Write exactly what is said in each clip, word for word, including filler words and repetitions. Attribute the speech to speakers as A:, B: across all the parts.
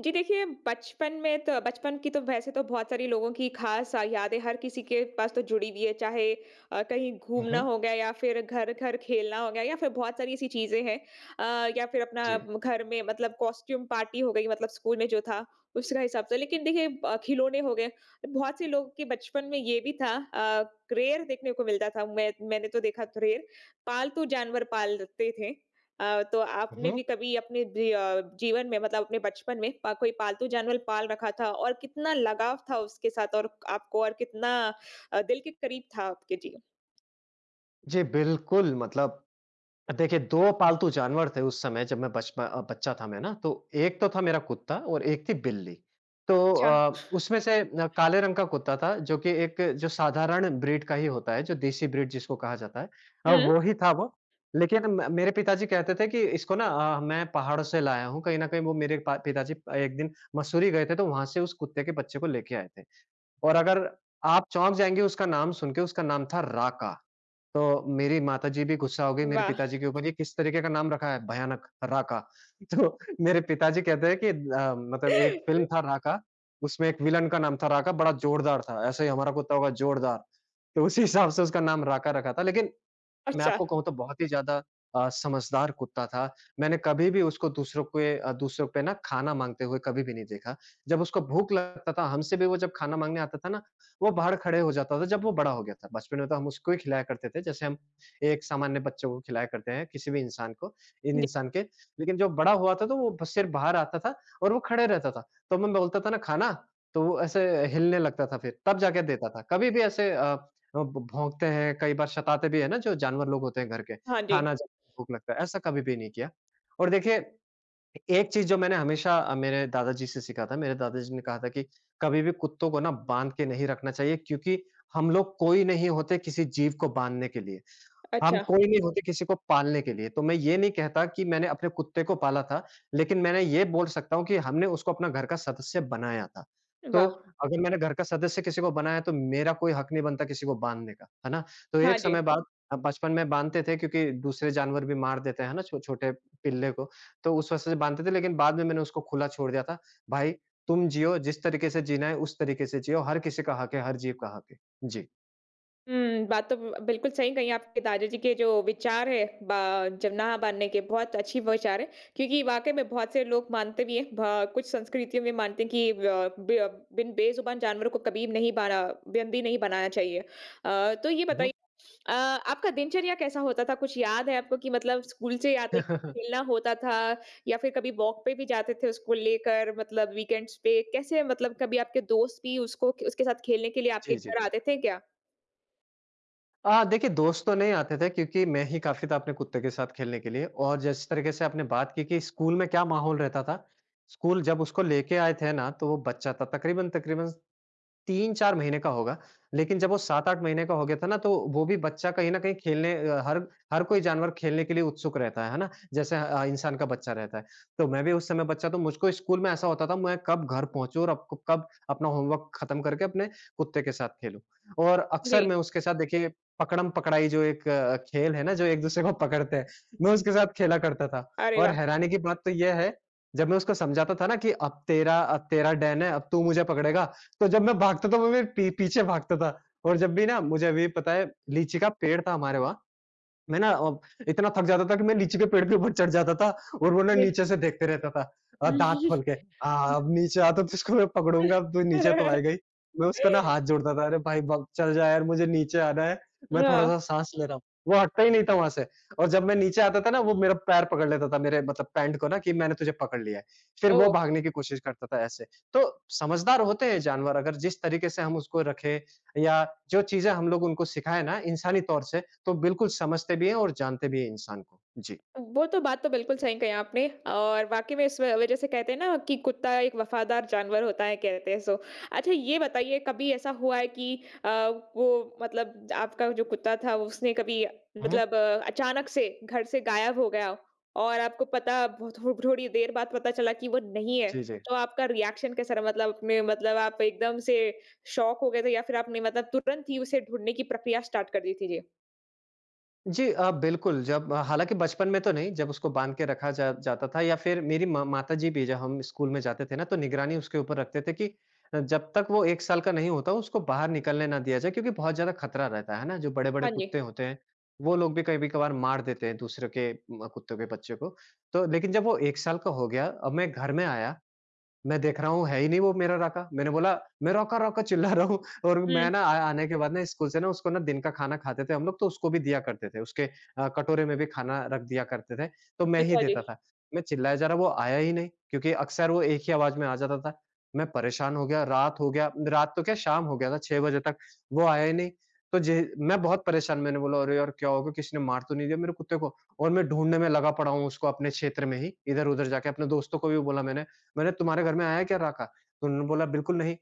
A: जी, देखिए, बचपन में तो बचपन की तो वैसे तो बहुत सारी लोगों की ख़ास यादें हर किसी के पास तो जुड़ी हुई है, चाहे अ, कहीं
B: हुँ,
A: घूमना
B: हुँ।
A: हो गया या फिर घर-घर खेलना हो गया या फिर बहुत सारी ऐसी चीज़ें हैं। अ, या फिर अपना
B: जी।
A: घर में मतलब कॉस्ट्यूम पार्टी हो गई मतलब स्कूल में जो था, उसका हिसाब से। लेकिन देखिए अ, खिलौने हो गए, बहुत से लोग के बचपन में ये भी था, अ, रेयर देखने को मिलता था, मैं मैंने तो देखा रेयर, पालतू जानवर पालते थे। अ, तो आपने
B: हुँ।
A: भी कभी अपने जी अ, जीवन में मतलब अपने बचपन में पा कोई पालतू जानवर पाल रखा था और कितना लगाव था उसके साथ और आपको और कितना अ, दिल के करीब था आपके? जी।
B: जी, बिल्कुल मतलब देखिए दो पालतू जानवर थे उस समय जब मैं बचप अ, बच्चा था मैं ना, तो एक तो था मेरा कुत्ता और एक थी बिल्ली। तो
A: अच्छा।
B: अ, उसमें से न काले रंग का कुत्ता था जो कि एक जो साधारण ब्रीड का ही होता है, जो देसी ब्रीड जिसको कहा जाता है अ,
A: हुँ,
B: वो ही था वो। लेकिन म मेरे पिताजी कहते थे कि इसको ना अ, मैं पहाड़ों से लाया हूँ, कहीं न कहीं वो मेरे पा पिताजी एक दिन मसूरी गए थे तो वहाँ से उस कुत्ते के बच्चे को लेके आए थे। और अगर आप चौंक जाएँगे उसका नाम सुन के, उसका नाम था राका। तो मेरी माताजी भी गुस्सा हो गई मेरे
A: वाह!
B: पिताजी के ऊपर, "ये किस तरीके का नाम रखा है? भयानक, राका।" तो मेरे पिताजी कहते हैं कि अ, मतलब एक फ़िल्म था राका, उसमें एक विलन का नाम था राका, बड़ा जोरदार था, ऐसे ही हमारा कुत्ता होगा जोरदार। तो उसी हिसाब से उसका नाम राका रखा था। लेकिन मैं
A: अच्छा,
B: आपको कहूँ तो बहुत ही ज़्यादा अ, समझदार कुत्ता था। मैंने कभी भी उसको दूसरों के अ, दूसरों पे ना खाना माँगते हुए कभी भी नहीं देखा। जब उसको भूख लगता था, हमसे भी वो जब खाना माँगने आता था ना, वो बाहर खड़े हो जाता था जब वो बड़ा हो गया था। बचपन में तो हम उसको ही खिलाया करते थे, जैसे हम एक सामान्य बच्चों को खिलाया करते हैं, किसी भी इंसान को, इन
A: जी।
B: इंसान के। लेकिन जब बड़ा हुआ था तो वो ब सिर्फ़ बाहर आता था और वो खड़े रहता था। तो मैं बोलता था ना, "खाना?" तो वो ऐसे हिलने लगता था फिर, तब जाके देता था। कभी भी ऐसे अ, अ, भ भौंकते हैं, कई बार सताते भी हैं ना जो जानवर लोग होते हैं घर के,
A: हाँ जी।
B: खाना जब भूख लगता है, ऐसा कभी भी नहीं किया। और देखिए, एक चीज़ जो मैंने हमेशा अ, मेरे दादाजी से सीखा था, मेरे दादाजी ने कहा था कि कभी भी कुत्तों को ना बाँध के नहीं रखना चाहिए क्योंकि हम लोग कोई नहीं होते किसी जीव को बाँधने के लिए। हम
A: अच्छा,
B: कोई नहीं होते किसी को पालने के लिए, तो मैं ये नहीं कहता कि मैंने अपने कुत्ते को पाला था, लेकिन मैंने ये बोल सकता हूँ कि हमने उसको अपना घर का सदस्य बनाया था। तो
A: वाह!
B: अगर मैंने घर का सदस्य किसी को बनाया तो मेरा कोई हक नहीं बनता किसी को बाँधने का, है ना? तो
A: हाँ
B: एक
A: जी।
B: समय बाद अ, बचपन में बाँधते थे क्योंकि दूसरे जानवर भी मार देते हैं ना छो छोटे पिल्ले को, तो उस वजह से बाँधते थे लेकिन बाद में मैंने उसको खुला छोड़ दिया था। भाई तुम जियो, जिस तरीके से जीना है उस तरीके से जियो, हर किसी का हक है, हर जीव का हक है। जी।
A: हुँ, बात तो ब बिल्कुल सही कही, आपके दादाजी के जो विचार है बा जमनाह बाँधने के, बहुत अच्छी विचार है, क्योंकि वाक़ई में बहुत से लोग मानते भी हैं, भ कुछ संस्कृतियों में मानते हैं कि अ, ब बिन बेज़ुबान जानवरों को कभी नहीं बना बंदी नहीं बनाना चाहिए। अ, तो ये
B: हुँ,
A: बताइए,
B: हुँ।
A: अ, आपका दिनचर्या कैसा होता था? कुछ याद है आपको कि मतलब स्कूल से आते खेलना होता था या फिर कभी वॉक पे भी जाते थे उसको लेकर मतलब वीकेंड्स पे? कैसे मतलब कभी आपके दोस्त भी उसको उसके साथ खेलने के लिए आपके
B: जी, जी।
A: घर आते थे क्या?
B: अ, देखिए दोस्त तो नहीं आते थे क्योंकि मैं ही काफ़ी था अपने कुत्ते के साथ खेलने के लिए और जिस तरीके से आपने बात की कि स्कूल में क्या माहौल रहता था, स्कूल जब उसको लेके आए थे ना, तो वो बच्चा था तकरीबन-तकरीबन तीन चार महीने का होगा, लेकिन जब वो सात आठ महीने का हो गया था ना, तो वो भी बच्चा कहीं न कहीं खेलने अ, हर हर कोई जानवर खेलने के लिए उत्सुक रहता है, है ना? जैसे अ, इंसान का बच्चा रहता है। तो मैं भी उस समय बच्चा तो मुझको स्कूल में ऐसा होता था, मैं कब घर पहुँचूँ और अब क कब अपना होमवर्क खत्म करके अपने कुत्ते के साथ खेलूँ। और अक्सर
A: जी।
B: मैं उसके साथ देखिए पकड़म-पकड़ाई जो एक अ, खेल है ना, जो एक-दूसरे को पकड़ते हैं, मैं उसके साथ खेला करता था।
A: अरे
B: और
A: वाह!
B: हैरानी की बात तो ये है, जब मैं उसको समझाता था ना कि अब तेरा अब तेरा डैन है, अब तू मुझे पकड़ेगा, तो जब मैं भागता था वो मेरे पी पीछे भागता था और जब भी ना मुझे अभी भी पता है लीची का पेड़ था हमारे वहाँ, मैं ना अ, इतना थक जाता था कि मैं लीची के पेड़ के ऊपर चढ़ जाता था और वो ना
A: जी।
B: नीचे से देखते रहता था अ, दाँत खोल के। हाँ, अब नीचे आ तो तुझको मैं पकड़ूँगा, अब तू नीचे तो आएगा ही। मैं उसका ना हाथ जोड़ता था, "अरे भाई ब चल जा यार, मुझे नीचे आना है, मैं
A: हां।
B: थोड़ा-सा साँस ले रहा हूँ।" वो हटता ही नहीं था वहाँ से और जब मैं नीचे आता था ना, वो मेरा पैर पकड़ लेता था, मेरे मतलब पैंट को ना कि मैंने तुझे पकड़ लिया है। फिर वो
A: ओह!
B: भागने की कोशिश करता था ऐसे। तो समझदार होते हैं जानवर अगर जिस तरीके से हम उसको रखें या जो चीज़ें हम लोग उनको सिखाएँ ना इंसानी तौर से, तो बिल्कुल समझते भी हैं और जानते भी हैं इंसान को। जी।
A: वो तो बात तो बिल्कुल सही कही आपने और वाक़ई में इस व वज़ह से कहते हैं ना कि कुत्ता एक वफ़ादार जानवर होता है, कहते हैं सो। अच्छा, ये बताइए, कभी ऐसा हुआ है कि अ, वो मतलब आपका जो कुत्ता था वो उसने कभी
B: हुँ।
A: मतलब अ, अचानक से घर से गायब हो गया और आपको पता भो थो थोड़ी देर बाद पता चला कि वो नहीं है,
B: जी, जी।
A: तो आपका रिएक्शन कैसा रहा? मतलब अपने मतलब आप एकदम से शॉक हो गए थे या फिर आपने मतलब तुरंत ही उसे ढूँढने की प्रक्रिया स्टार्ट कर दी थी? जी।
B: जी अ, बिल्कुल जब हालाँकि बचपन में तो नहीं, जब उसको बाँध के रखा जा जाता था या फिर मेरी मा माताजी भी जब हम स्कूल में जाते थे ना, तो निगरानी उसके ऊपर रखते थे कि अ, जब तक वो एक साल का नहीं होता, उसको बाहर निकलने ना दिया जाए क्योंकि बहुत ज़्यादा खतरा रहता है, है ना? जो बड़े-बड़े
A: हाँ जी।
B: कुत्ते होते हैं, वो लोग भी कभी-कभार मार देते हैं दूसरे के म कुत्तों के बच्चे को। तो लेकिन जब वो एक साल का हो गया, अब मैं घर में आया मैं देख रहा हूँ, है ही नहीं वो मेरा राका। मैंने बोला, "मैं रॉका-रॉका" चिल्ला रहा हूँ और
A: हुँ।
B: मैं ना आ आने के बाद ना स्कूल से ना उसको ना दिन का खाना खाते थे हम लोग, तो उसको भी दिया करते थे। उसके अ, कटोरे में भी खाना रख दिया करते थे, तो मैं ही
A: अच्छा जी।
B: देता था। मैं चिल्लाया जा रहा, वो आया ही नहीं क्योंकि अक्सर वो एक ही आवाज़ में आ जाता था। मैं परेशान हो गया, रात हो गया रात तो क्या शाम हो गया था छह बजे तक, वो आया ही नहीं। तो जे मैं बहुत परेशान मैंने बोला, "अरे यार! क्या हो गया? किसी ने मार तो नहीं दिया मेरे कुत्ते को?" और मैं ढूँढने में लगा पड़ा हूँ उसको अपने क्षेत्र में ही, इधर-उधर जाके अपने दोस्तों को भी बोला मैंने, मैंने तुम्हारे घर में आया क्या राका? तो उन्होंने बोला बिल्कुल नहीं।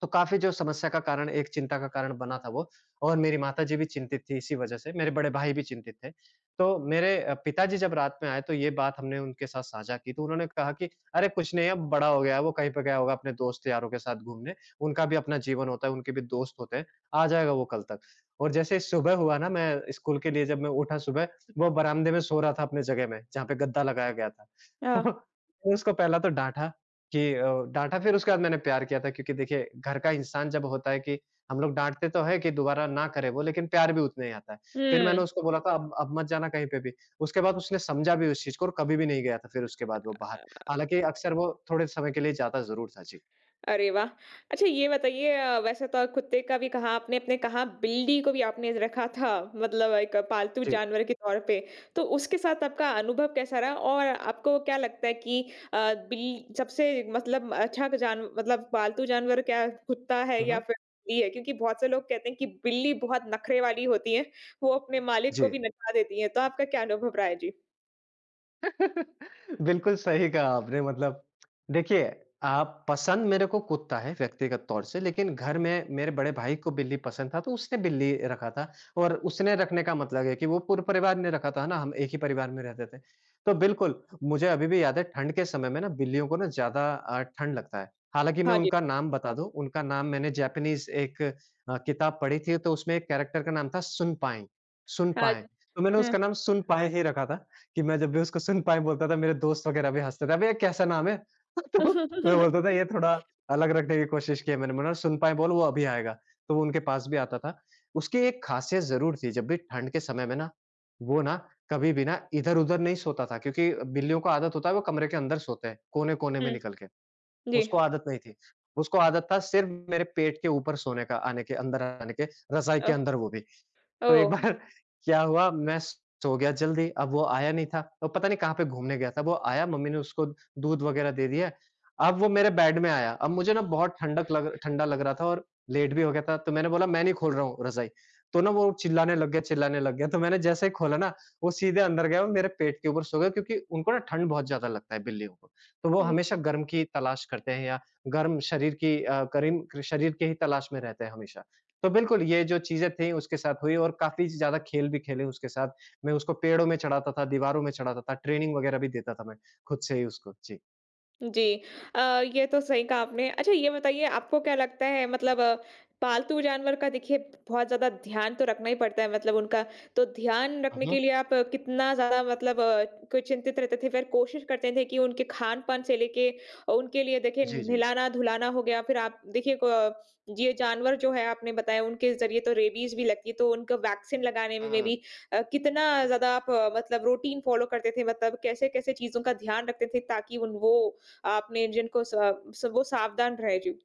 B: तो काफ़ी जो समस्या का कारण एक चिंता का कारण बना था वो और मेरी माताजी भी चिंतित थी इसी वजह से, मेरे बड़े भाई भी चिंतित थे। तो मेरे अ, पिताजी जब रात में आए तो ये बात हमने उनके साथ साझा की तो उन्होंने कहा कि अरे कुछ नहीं अब बड़ा हो गया है, वो कहीं पे गया होगा अपने दोस्त यारों के साथ घूमने, उनका भी अपना जीवन होता है, उनके भी दोस्त होते हैं, आ जाएगा वो कल तक। और जैसे सुबह हुआ ना मैं स्कूल के लिए जब मैं उठा सुबह, वो बरामदे में सो रहा था अपने जगह में, जहाँ पे गद्दा लगाया गया था। तो
A: हाँ।
B: उसको पहला तो डाँटा कि अ, डाँटा फिर उसके बाद मैंने प्यार किया था क्योंकि देखिए घर का इंसान जब होता है कि हम लोग डाँटते तो हैं कि दोबारा ना करे वो लेकिन प्यार भी उतना ही आता है। फिर
A: हुँ।
B: मैंने उसको बोला था अब अब मत जाना कहीं पे भी। उसके बाद उसने समझा भी उस चीज़ को और कभी भी नहीं गया था फिर उसके बाद वो बाहर। हालाँकि अक्सर वो थोड़े समय के लिए जाता ज़रूर था। जी।
A: अरे वाह! अच्छा, ये बताइए, अ, वैसे तो कुत्ते का भी कहा आपने आपने कहा बिल्ली को भी आपने रखा था मतलब एक पालतू
B: जी।
A: जानवर के तौर पे। तो उसके साथ आपका अनुभव कैसा रहा? और आपको क्या लगता है कि अ, बिल सबसे मतलब अच्छा जान मतलब पालतू जानवर क्या कुत्ता है
B: हुँ,
A: या
B: हुँ।
A: फिर बिल्ली है? क्योंकि बहुत से लोग कहते हैं कि बिल्ली बहुत नखरे वाली होती है, वो अपने मालिक को
B: जी।
A: भी नचा देती है। तो आपका क्या अनुभव रहा है? जी।
B: बिल्कुल सही कहा आपने मतलब देखिए आप पसंद मेरे को कुत्ता है व्यक्तिगत तौर से लेकिन घर में मेरे बड़े भाई को बिल्ली पसंद था तो उसने बिल्ली रखा था और उसने रखने का मतलब है कि वो पूरे परिवार ने रखा था ना हम एक ही परिवार में रहते थे तो बिल्कुल मुझे अभी भी याद है ठंड के समय में ना बिल्लियों को ना ज्यादा अ, ठंड लगता है हालांकि मैं
A: हाँ जी।
B: उनका नाम बता दूं उनका नाम मैंने जापानीज एक अ, किताब पढ़ी थी तो उसमें एक कैरेक्टर का नाम था सुनपाई
A: हाँ,
B: सुनपाई तो मैंने
A: हाँ। हुँ।
B: उसका नाम सुनपाई ही रखा था कि मैं जब भी उसको सुन पाए बोलता था मेरे दोस्त वगैरह भी हँसते थे, "अबे! ये कैसा नाम है?" तो मैं
A: हुँ,
B: बोलता था ये थोड़ा अलग रखने की कोशिश की है मैंने बोला सुन पाए बोल वो अभी आएगा, तो वो उनके पास भी आता था। उसकी एक खासियत ज़रूर थी जब भी ठंड के समय में ना, वो ना कभी भी ना इधर-उधर नहीं सोता था क्योंकि बिल्लियों को आदत होता है वो कमरे के अंदर सोते हैं, कोने-कोने में निकल के,
A: जी।
B: उसको आदत नहीं थी। उसको आदत था सिर्फ़ मेरे पेट के ऊपर सोने का आने के अंदर आने के, रज़ाई
A: अ,
B: के अंदर वो भी। तो
A: ओह!
B: एक बार क्या हुआ मैं सो गया जल्दी, अब वो आया नहीं था, वो पता नहीं कहाँ पे घूमने गया था, वो आया मम्मी ने उसको दूध वग़ैरह दे दिया। अब वो मेरे बेड में आया, अब मुझे ना बहुत ठंडक लग ठंडा लग रहा था और लेट भी हो गया था, तो मैंने बोला मैं नहीं खोल रहा हूँ रज़ाई। तो ना वो चिल्लाने लग गया चिल्लाने लग गया, तो मैंने जैसे ही खोला ना, वो सीधे अंदर गया और मेरे पेट के ऊपर सो गया क्योंकि उनको ना ठंड बहुत ज़्यादा लगता है बिल्लियों को। तो वो हमेशा गर्म की तलाश करते हैं या गर्म शरीर की अ, करीम शरीर की ही तलाश में रहते हैं हमेशा। तो बिल्कुल, ये जो चीज़ें थी उसके साथ हुई और काफ़ी ज़्यादा खेल भी खेले उसके साथ। मैं उसको पेड़ों में चढ़ाता था, दीवारों में चढ़ाता था, ट्रेनिंग वगैरह भी देता था मैं खुद से ही उसको। जी।
A: जी अ, ये तो सही कहा आपने। अच्छा, ये बताइए, आपको क्या लगता है मतलब अ, पालतू जानवर का देखिए बहुत ज़्यादा ध्यान तो रखना ही पड़ता है मतलब उनका, तो ध्यान
B: हुँ,
A: रखने के
B: हुँ।
A: लिए आप अ, कितना ज़्यादा मतलब अ, कोई चिंतित रहते थे, फिर कोशिश करते थे कि उनके खान-पान से लेके अ, उनके लिए देखिए
B: जी, जी।
A: नहलाना-धुलाना हो गया, फिर आप देखिए क ये जानवर जो है आपने बताया उनके ज़रिए तो रेबीज़ भी लगती है, तो उनको वैक्सीन लगाने में में
B: हुँ।
A: भी अ, कितना ज़्यादा आप अ, मतलब रूटीन फ़ॉलो करते थे, मतलब कैसे-कैसे चीज़ों का ध्यान रखते थे ताकि उन वो आपने इंजन को सब सब वो सावधान रहे जीव।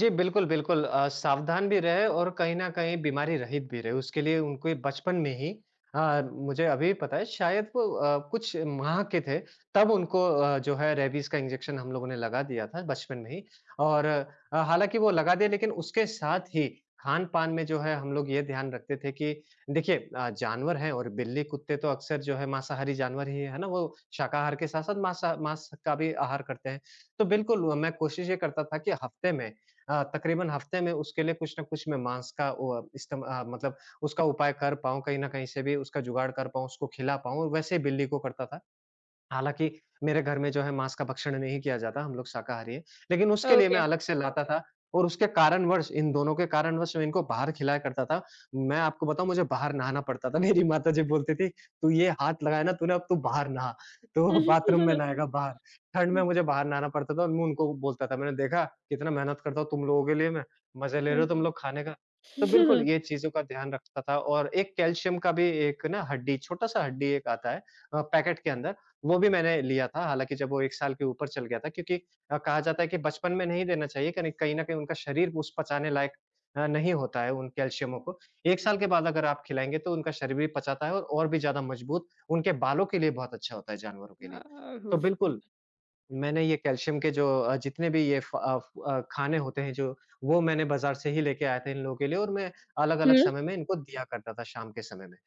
B: जी, बिल्कुल, बिल्कुल अ, सावधान भी रहे और कहीं न कहीं बीमारी रहित भी रहे। उसके लिए उनको ये बचपन में ही अ, मुझे अभी पता है शायद वो अ, कुछ माह के थे, तब उनको अ, जो है रेबीज़ का इंजेक्शन हम लोगों ने लगा दिया था बचपन में ही और अ, हालाँकि वो लगा दिया लेकिन उसके साथ ही खान-पान में जो है हम लोग ये ध्यान रखते थे कि देखिए अ, जानवर हैं और बिल्ली-कुत्ते तो अक्सर जो है मांसाहारी जानवर ही है ना, वो शाकाहार के साथ-साथ माँसा माँस का भी आहार करते हैं। तो बिल्कुल मैं कोशिश ये करता था कि हफ़्ते में अ, तकरीबन हफ्ते में उसके लिए कुछ ना कुछ मैं मांस का अ, इस्तेम अ, मतलब उसका उपाय कर पाऊँ, कहीं न कहीं से भी उसका जुगाड़ कर पाऊँ, उसको खिला पाऊँ। वैसे बिल्ली को करता था। हालाँकि मेरे घर में जो है माँस का भक्षण नहीं किया जाता, हम लोग शाकाहारी हैं। लेकिन उसके लिए मैं अलग से लाता था और उसके कारणवश इन दोनों के कारणवश मैं इनको बाहर खिलाया करता था। मैं आपको बताऊँ मुझे बाहर नहाना पड़ता था। मेरी माताजी बोलती थी, "तू ये हाथ लगाया ना तूने अब तू बाहर नहा, तो बाथरूम में नहाएगा बाहर।" ठंड में मुझे बाहर नहाना पड़ता था और मैं उनको बोलता था, "मैंने देखा कितना मेहनत करता हूँ तुम लोगों के लिए मैं, मज़े ले रहे हो तुम लोग खाने का।" तो बिल्कुल ये चीज़ों का ध्यान रखता था और एक कैल्शियम का भी एक ना हड्डी छोटा-सा हड्डी एक आता है अ, पैकेट के अंदर वो भी मैंने लिया था, हालाँकि जब वो एक साल के ऊपर चल गया था क्योंकि अ, कहा जाता है कि बचपन में नहीं देना चाहिए कहीं कहीं न कहीं उनका शरीर उस पचाने लायक अ, नहीं होता है उन कैल्शियमों को। एक साल के बाद अगर आप खिलाएँगे तो उनका शरीर भी पचाता है और और भी ज़्यादा मजबूत, उनके बालों के लिए बहुत अच्छा होता है जानवरों के लिए। तो बिल्कुल मैंने ये कैल्शियम के जो अ, जितने भी ये फ अ, फ अ, खाने होते हैं जो, वो मैंने बाज़ार से ही लेके आया था इन लोगों के लिए और मैं अलग-अलग समय में इनको दिया करता था शाम के समय में।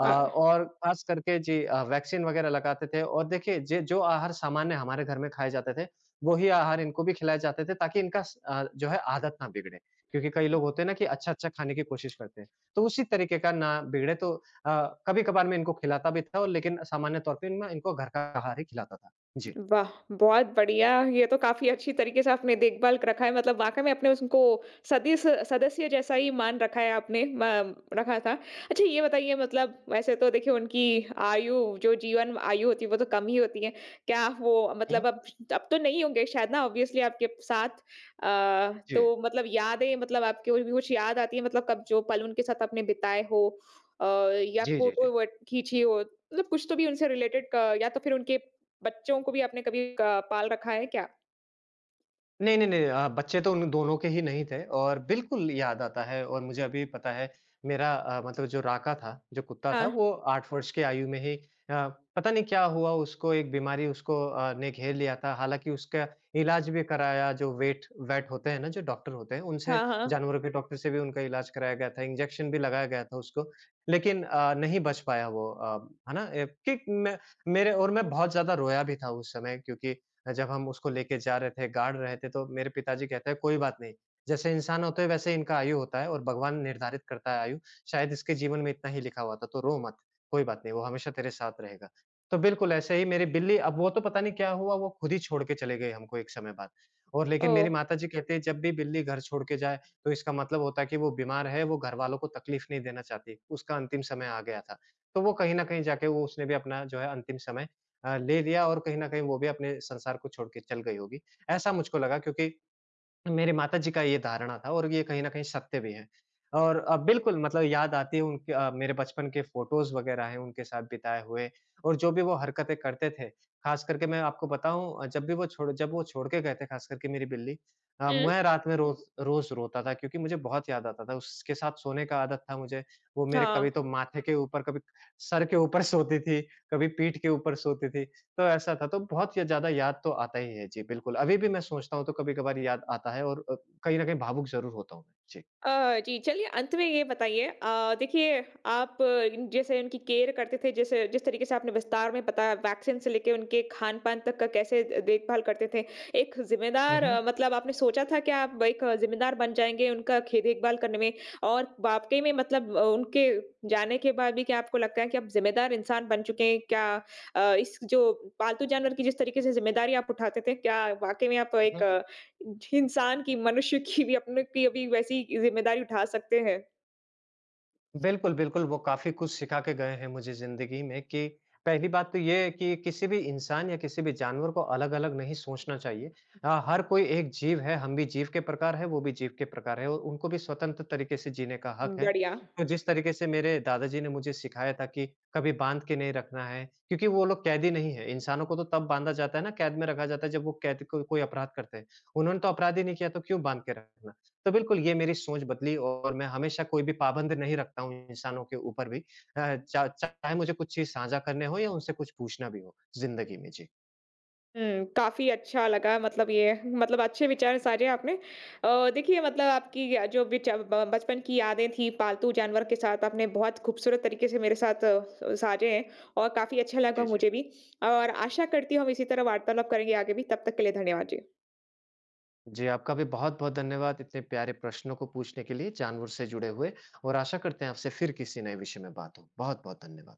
B: अ, और ख़ास करके जी अ, वैक्सीन वग़ैरह लगाते थे और देखिए जे जो आहार सामान्य हमारे घर में खाए जाते थे, वही आहार इनको भी खिलाए जाते थे ताकि इनका स अ, जो है आदत ना बिगड़े। क्योंकि कई लोग होते हैं ना कि अच्छा-अच्छा खाने की कोशिश करते हैं। तो उसी तरीके का ना बिगड़े तो अ, कभी-कभार मैं इनको खिलाता भी था और लेकिन सामान्य तौर पे मैं इनको घर का आहार ही खिलाता था। जी।
A: वाह! बहुत बढ़िया, ये तो काफ़ी अच्छी तरीके से आपने देखभाल रखा है, मतलब वाक़ई में आपने उसको सदिस सदस्य जैसा ही मान रखा है आपने, म रखा था। अच्छा, ये बताइए, मतलब वैसे तो देखिए उनकी आयु जो जीवन आयु होती है वो तो कम ही होती है। क्या वो मतलब अब अब तो नहीं होंगे शायद ना, ऑब्वियसली आपके साथ, अ,
B: जी।
A: तो मतलब यादें मतलब आपकी कोई भी कुछ याद आती है मतलब कब जो पल उनके साथ आपने बिताए हो, अ, या
B: जी, जी, जी।
A: फ़ोटो वोट खींची हो मतलब कुछ तो भी उनसे रिलेटेड, क या तो फिर उनके बच्चों को भी आपने कभी क पाल रखा है क्या?
B: नहीं, नहीं, नहीं अ, बच्चे तो उन दोनों के ही नहीं थे और बिल्कुल याद आता है और मुझे अभी पता है मेरा अ, मतलब जो राका था, जो कुत्ता था
A: हाँ।
B: वो आठ वर्ष की आयु में ही अ, पता नहीं क्या हुआ उसको एक बीमारी उसको अ, ने घेर लिया था। हालाँकि उसका इलाज भी कराया जो वेट वेट होते हैं ना, जो डॉक्टर होते हैं उनसे
A: हाँ, हाँ।
B: जानवरों के डॉक्टर से भी उनका इलाज कराया गया था, इंजेक्शन भी लगाया गया था उसको। लेकिन अ, नहीं बच पाया वो अ, है ना? ए कि मैं मेरे और मैं बहुत ज़्यादा रोया भी था उस समय क्योंकि जब हम उसको लेके जा रहे थे, गाड़ रहे थे तो मेरे पिताजी कहते हैं कोई बात नहीं, जैसे इंसान होते हैं वैसे इनका आयु होता है और भगवान निर्धारित करता है आयु, शायद इसके जीवन में इतना ही लिखा हुआ था तो रो मत, कोई बात नहीं, वो हमेशा तेरे साथ रहेगा। तो बिल्कुल ऐसे ही मेरी बिल्ली अब वो तो पता नहीं क्या हुआ वो खुद ही छोड़ के चले गए हमको एक समय बाद और लेकिन
A: ओह!
B: मेरी माताजी कहती है जब भी बिल्ली घर छोड़ के जाए तो इसका मतलब होता है कि वो बीमार है, वो घरवालों को तकलीफ नहीं देना चाहती, उसका अंतिम समय आ गया था। तो वो कहीं न कहीं जाके वो उसने भी अपना जो है अंतिम समय अ, ले लिया और कहीं न कहीं वो भी अपने संसार को छोड़ के चल गई होगी। ऐसा मुझको लगा क्योंकि मेरे माताजी का ये धारणा था और ये कहीं न कहीं सत्य भी है। और अ, बिल्कुल मतलब याद आती है उनके अ, मेरे बचपन के फ़ोटोज़ वग़ैरह हैं उनके साथ बिताए हुए और जो भी वो हरकतें करते थे, ख़ास करके मैं आपको बताऊँ अ, जब भी वो छोड़ जब वो छोड़ के गए थे ख़ास करके मेरी बिल्ली अ,
A: हुँ।
B: मैं रात में रोज़ रोज़ रोता था क्योंकि मुझे बहुत याद आता था। उसके साथ सोने का आदत था मुझे। वो मेरे कभी
A: हाँ,
B: तो माथे के ऊपर, कभी सर के ऊपर सोती थी, कभी पीठ के ऊपर सोती थी। तो ऐसा था, तो बहुत ये ज़्यादा याद तो आता ही है। जी, बिल्कुल। अभी भी मैं सोचता हूँ तो कभी-कभार याद आता है और अ, कहीं न कहीं भावुक ज़रूर होता हूँ मैं। जी।
A: अ, जी, चलिए अंत में ये बताइए, अ, देखिए आप अ, जैसे उनकी केयर करते थे, जैसे जिस तरीके से आपने विस्तार में बताया वैक्सीन से लेके उनके खान-पान तक का कैसे द देखभाल करते थे। एक
B: हुँ,
A: ज़िम्मेदार
B: हुँ।
A: मतलब आपने सोचा था कि आप एक ज़िम्मेदार बन जाएँगे उनका खे देखभाल करने में, और वाक़ई में मतलब अ, उनके जाने के बाद भी क्या आपको लगता है कि आप ज़िम्मेदार इंसान बन चुके हैं? क्या अ, इस जो पालतू जानवर की जिस तरीके से ज़िम्मेदारी आप उठाते थे, क्या वाक़ई में आप एक इंसान की, मनुष्य की भी अपने की अभी वैसी ज़िम्मेदारी उठा सकते हैं।
B: बिल्कुल, बिल्कुल, वो काफ़ी कुछ सिखा के गए हैं मुझे ज़िंदगी में कि पहली बात तो ये है कि किसी भी इंसान या किसी भी जानवर को अलग-अलग नहीं सोचना चाहिए। अ, हर कोई एक जीव है, हम भी जीव के प्रकार हैं, वो भी जीव के प्रकार हैं और उनको भी स्वतंत्र तरीके से जीने का हक
A: हम्म,
B: है।
A: बढ़िया।
B: तो जिस तरीके से मेरे दादाजी ने मुझे सिखाया था कि कभी बाँध के नहीं रखना है, क्योंकि वो लोग कैदी नहीं हैं। इंसानों को तो तब बाँधा जाता है ना, कैद में रखा जाता है जब वो कैद को कोई अपराध करते हैं। उन्होंने तो अपराध ही नहीं किया, तो क्यों बाँध के रखना? तो बिल्कुल, ये मेरी सोच बदली और मैं हमेशा कोई भी पाबंद नहीं रखता हूँ इंसानों के ऊपर भी। अ, चा चाहे मुझे कुछ चीज़ साझा करने हो या उनसे कुछ पूछना भी हो ज़िंदगी में। जी।
A: हुँ, काफ़ी अच्छा लगा, मतलब ये मतलब अच्छे विचार साझे आपने। अ, देखिए मतलब आपकी अ, जो विच ब बचपन की यादें थी पालतू जानवर के साथ, आपने बहुत खूबसूरत तरीके से मेरे साथ अ, साझे हैं, और काफ़ी अच्छा लगा
B: जी, जी।
A: मुझे भी, और आशा करती हूँ हम इसी तरह वार्तालाप करेंगे आगे भी। तब तक के लिए धन्यवाद जी।
B: जी, आपका भी बहुत-बहुत धन्यवाद इतने प्यारे प्रश्नों को पूछने के लिए, जानवर से जुड़े हुए और आशा करते हैं आपसे फिर किसी नए विषय में बात हो। बहुत-बहुत धन्यवाद।